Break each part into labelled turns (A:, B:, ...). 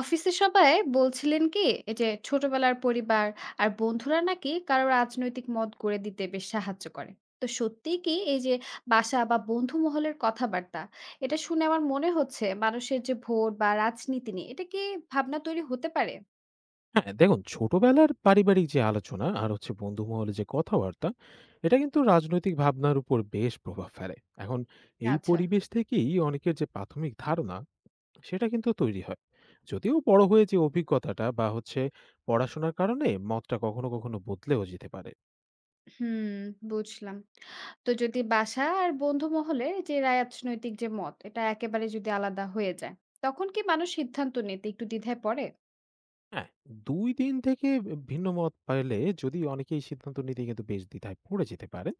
A: অফিসে সবাই বলছিলেন কি এই যে ছোটবেলার পরিবার আর বন্ধুরা নাকি কারো রাজনৈতিক মত গড়ে দিতে বেশ সাহায্য করে? তো সত্যি কি এই যে বাসা বা বন্ধু মহলের কথাবার্তা এটা শুনে আমার মনে হচ্ছে মানুষের যে ভোট বা রাজনীতি নিয়ে এটা কি ভাবনা তৈরি হতে পারে?
B: হ্যাঁ, দেখুন ছোটবেলার পারিবারিক যে আলোচনা আর বন্ধু মহলে যে কথাবার্তা এটা কিন্তু রাজনৈতিক ভাবনার উপর বেশ প্রভাব ফেলে। এখন এই
A: আচ্ছা।
B: পরিবেশ থেকেই অনেকের যে প্রাথমিক ধারণা সেটা কিন্তু তৈরি হয়, যদিও বড় হয়ে যে অভিজ্ঞতাটা বা পড়াশোনার কারণে মতটা কখনো কখনো বদলেও যেতে পারে।
A: হুম, বুঝলাম। তো যদি বাসা আর বন্ধু মহলে যে রাজনৈতিক যে মত এটা একেবারে যদি আলাদা হয়ে যায়, তখন কি মানুষ সিদ্ধান্ত নিতে একটু দ্বিধায় পড়ে?
B: হ্যাঁ, ২ দিন থেকে বি ভিন্ন মত পেলে যদি অনেকেই সিদ্ধান্ত নিতে কিন্তু বেশ দ্বিধায় পড়ে যেতে পারেন।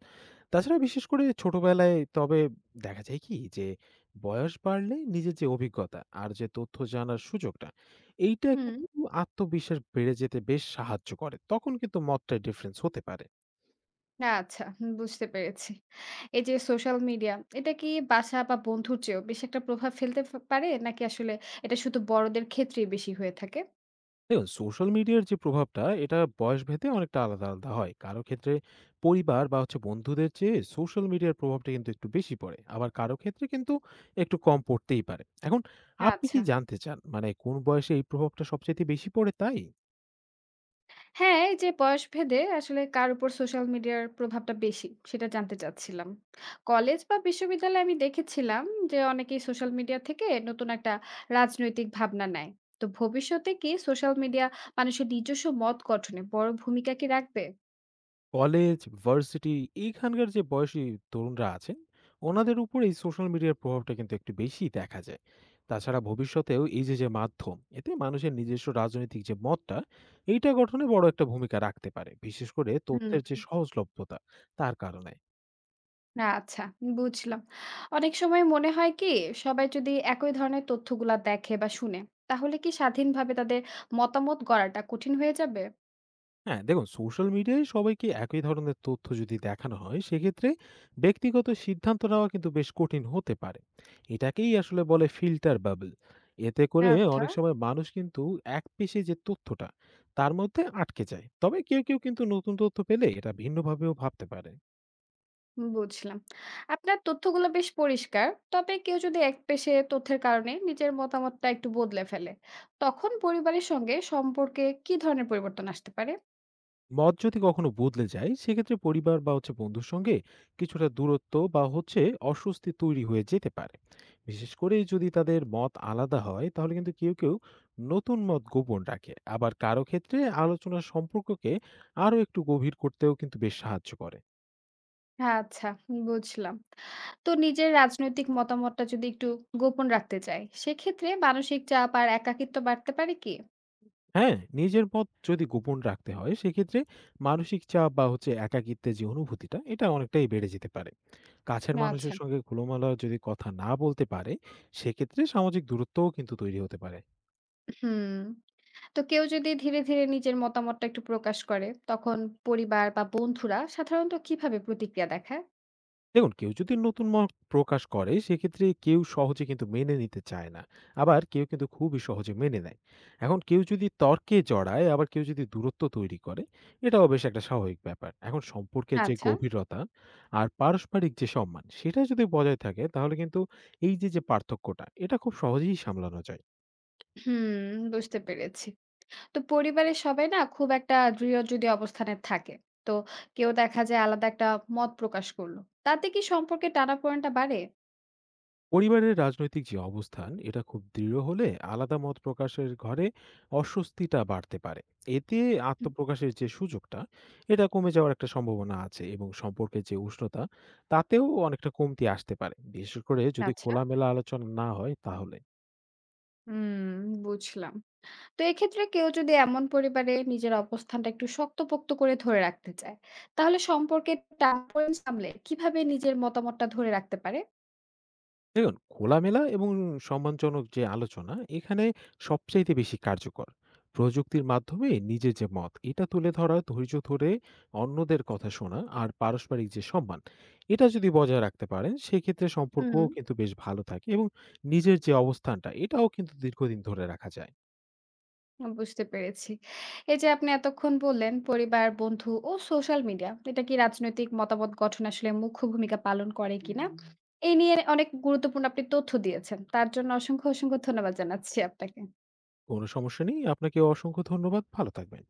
B: তাছাড়া বিশেষ করে ছোটবেলায় তবে দেখা যায় কি যে বয়স বাড়লে নিজের যে অভিজ্ঞতা আর যে তথ্য জানার সুযোগটা এইটা
A: হুম।
B: কিন্তু আত্মবিশ্বাস বেড়ে যেতে বেশ সাহায্য করে। তখন কিন্তু মতটায় ডিফারেন্স হতে পারে।
A: না আচ্ছা, হুম, বুঝতে পেরেছি। এই যে সোশ্যাল মিডিয়া, এটা কি বাসা বা বন্ধুর চেয়েও বেশি একটা প্রভাব ফেলতে পারে? নাকি আসলে এটা শুধু বড়দের ক্ষেত্রেই বেশি হয়ে থাকে?
B: দেখুন সোশ্যাল মিডিয়ার যে প্রভাবটা এটা বয়সভেদে অনেকটা আলাদা আলাদা হয়। কারো ক্ষেত্রে পরিবার বা বন্ধুদের চেয়ে সোশ্যাল মিডিয়ার প্রভাবটা কিন্তু একটু বেশি পড়ে, আবার কারো ক্ষেত্রে কিন্তু একটু কম পড়তেই পারে। এখন আপনি কি
A: আচ্ছা।
B: জানতে চান মানে কোন বয়সে এই প্রভাবটা সবচেয়ে বেশি পড়ে তাই?
A: হ্যাঁ, এই যে বয়সভেদে আসলে কার উপর সোশ্যাল মিডিয়ার প্রভাবটা বেশি, সেটা জানতে চাচ্ছিলাম। কলেজ বা বিশ্ববিদ্যালয়ে আমি দেখেছিলাম যে অনেকেই সোশ্যাল মিডিয়া থেকে নতুন একটা রাজনৈতিক ভাবনা নেয়। তো ভবিষ্যতে কি সোশ্যাল মিডিয়া মানুষের নিজস্ব মত গঠনে বড় ভূমিকা কি রাখবে?
B: কলেজ, ভার্সিটি এইখানকার যে বয়সী তরুণরা আছেন ওনাদের উপর এই সোশ্যাল মিডিয়ার প্রভাবটা কিন্তু একটু বেশি দেখা যায়। তাছাড়া ভবিষ্যতেও যে মাধ্যম এতে মানুষের নিজস্ব রাজনৈতিক যে মতটা এইটা গঠনে বড় একটা ভূমিকা রাখতে পারে। বিশেষ করে তথ্যের যে
A: হুম।
B: সহজলভ্যতা তার কারণে।
A: না আচ্ছা, বুঝলাম। অনেক সময় মনে হয় কি, সবাই যদি একই ধরনের তথ্যগুলা দেখে বা শুনে, তাহলে কি স্বাধীনভাবে তাদের মতামত গড়াটা কঠিন হয়ে যাবে?
B: হ্যাঁ দেখুন সোশ্যাল মিডিয়ায় সবাইকে একই ধরনের তথ্য যদি দেখানো হয় সেক্ষেত্রে ব্যক্তিগত সিদ্ধান্ত নেওয়া কিন্তু বেশ কঠিন হতে পারে। এটাকেই আসলে বলে ফিল্টার বাবল। এতে করে
A: আচ্ছা,
B: অনেক সময় মানুষ কিন্তু এক পেশে যে তথ্যটা তার মধ্যে আটকে যায়, তবে কেউ কেউ কিন্তু নতুন তথ্য পেলে এটা ভিন্নভাবেও ভাবতে পারে।
A: বুঝলাম। আপনার তথ্যগুলো বেশ পরিষ্কার। তবে কেউ যদি একপেশে তথ্যের কারণে নিজের মতামতটা একটু বদলে ফেলে, তখন পরিবারের সঙ্গে সম্পর্কে কি ধরনের পরিবর্তন আসতে পারে?
B: মত যদি কখনো বদলে যায় সেক্ষেত্রে পরিবার বা বন্ধুর সঙ্গে কিছুটা দূরত্ব বা অস্বস্তি তৈরি হয়ে যেতে পারে। বিশেষ করে যদি তাদের মত আলাদা হয় তাহলে কিন্তু কেউ কেউ নতুন মত গোপন রাখে, আবার কারো ক্ষেত্রে আলোচনার সম্পর্ককে আরো একটু গভীর করতেও কিন্তু বেশ সাহায্য করে।
A: আচ্ছা, বুঝলাম। তো নিজের রাজনৈতিক মতামতটা যদি একটু গোপন রাখতে চায়, সেক্ষেত্রে মানসিক চাপ আর একাকিত্ব বাড়তে পারে কি?
B: হ্যাঁ, নিজের মত যদি গোপন রাখতে হয় সেক্ষেত্রে মানসিক চাপ বা একাকিত্বের যে অনুভূতিটা এটা অনেকটাই বেড়ে যেতে পারে। কাছের
A: আচ্ছা।
B: মানুষের সঙ্গে খোলামেলা যদি কথা না বলতে পারে, সেক্ষেত্রে সামাজিক দূরত্বও কিন্তু তৈরি হতে পারে।
A: হুম। তো কেউ যদি ধীরে ধীরে নিজের মতামতটা একটু প্রকাশ করে, তখন পরিবার বা বন্ধুরা সাধারণত কিভাবে প্রতিক্রিয়া দেখায়?
B: দেখুন, কেউ যদি নতুন মত প্রকাশ করে, সেক্ষেত্রে কেউ সহজে কিন্তু মেনে নিতে চায় না। আবার কেউ কিন্তু খুবই সহজে মেনে নেয়। এখন কেউ যদি তর্কে জড়ায়, আবার কেউ যদি দূরত্ব তৈরি করে, এটাও বেশ একটা স্বাভাবিক ব্যাপার। এখন সম্পর্কের যে
A: আচ্ছা।
B: গভীরতা আর পারস্পরিক যে সম্মান, সেটা যদি বজায় থাকে, তাহলে কিন্তু যে পার্থক্যটা, এটা খুব সহজেই সামলানো যায়।
A: হুম, বুঝতে পেরেছি। তো পরিবারের সবাই না খুব একটা দৃঢ় যদি অবস্থানে থাকে, তো কেউ দেখা যায় আলাদা একটা মত প্রকাশ করলো। তাতে কি সম্পর্কে টানাপোড়েনটা বাড়ে?
B: পরিবারের রাজনৈতিক যে অবস্থান এটা খুব দৃঢ় হলে আলাদা মত প্রকাশের ঘরে অস্বস্তিটা বাড়তে পারে। এতে
A: হুম,
B: আত্মপ্রকাশের যে সুযোগটা এটা কমে যাওয়ার একটা সম্ভাবনা আছে, এবং সম্পর্কের যে উষ্ণতা তাতেও অনেকটা কমতি আসতে পারে, বিশেষ করে যদি
A: আচ্ছা।
B: খোলামেলা আলোচনা না হয় তাহলে।
A: হুম, বুঝলাম। তো এক্ষেত্রে কেউ যদি এমন পরিবারে নিজের অবস্থানটা একটু শক্তপোক্ত করে ধরে রাখতে চায়, তাহলে সম্পর্কের টানাপোড়েন সামলে কিভাবে নিজের মতামতটা ধরে রাখতে পারে?
B: দেখুন, খোলামেলা এবং সম্মানজনক যে আলোচনা এখানে সবচাইতে বেশি কার্যকর। প্রযুক্তির মাধ্যমে নিজের যে মত এটা তুলে ধরা, ধৈর্য ধরে অন্যদের কথা শোনা আর পারস্পরিক যে সম্মান এটা যদি বজায় রাখতে পারেন সেক্ষেত্রে
A: হুম।
B: সম্পর্কও কিন্তু বেশ ভালো থাকে, এবং নিজের যে অবস্থানটা এটাও কিন্তু দীর্ঘদিন ধরে রাখা যায়।
A: বুঝতে পেরেছি। এই যে আপনি এতক্ষণ বললেন পরিবার, বন্ধু ও সোশ্যাল মিডিয়া, এটা কি রাজনৈতিক মতামত গঠন আসলে মুখ্য ভূমিকা পালন করে কিনা? এই নিয়ে অনেক গুরুত্বপূর্ণ আপনি তথ্য দিয়েছেন। তার জন্য অসংখ্য ধন্যবাদ জানাচ্ছি আপনাকে।
B: কোনো সমস্যা নেই। আপনাকে অসংখ্য ধন্যবাদ। ভালো থাকবেন।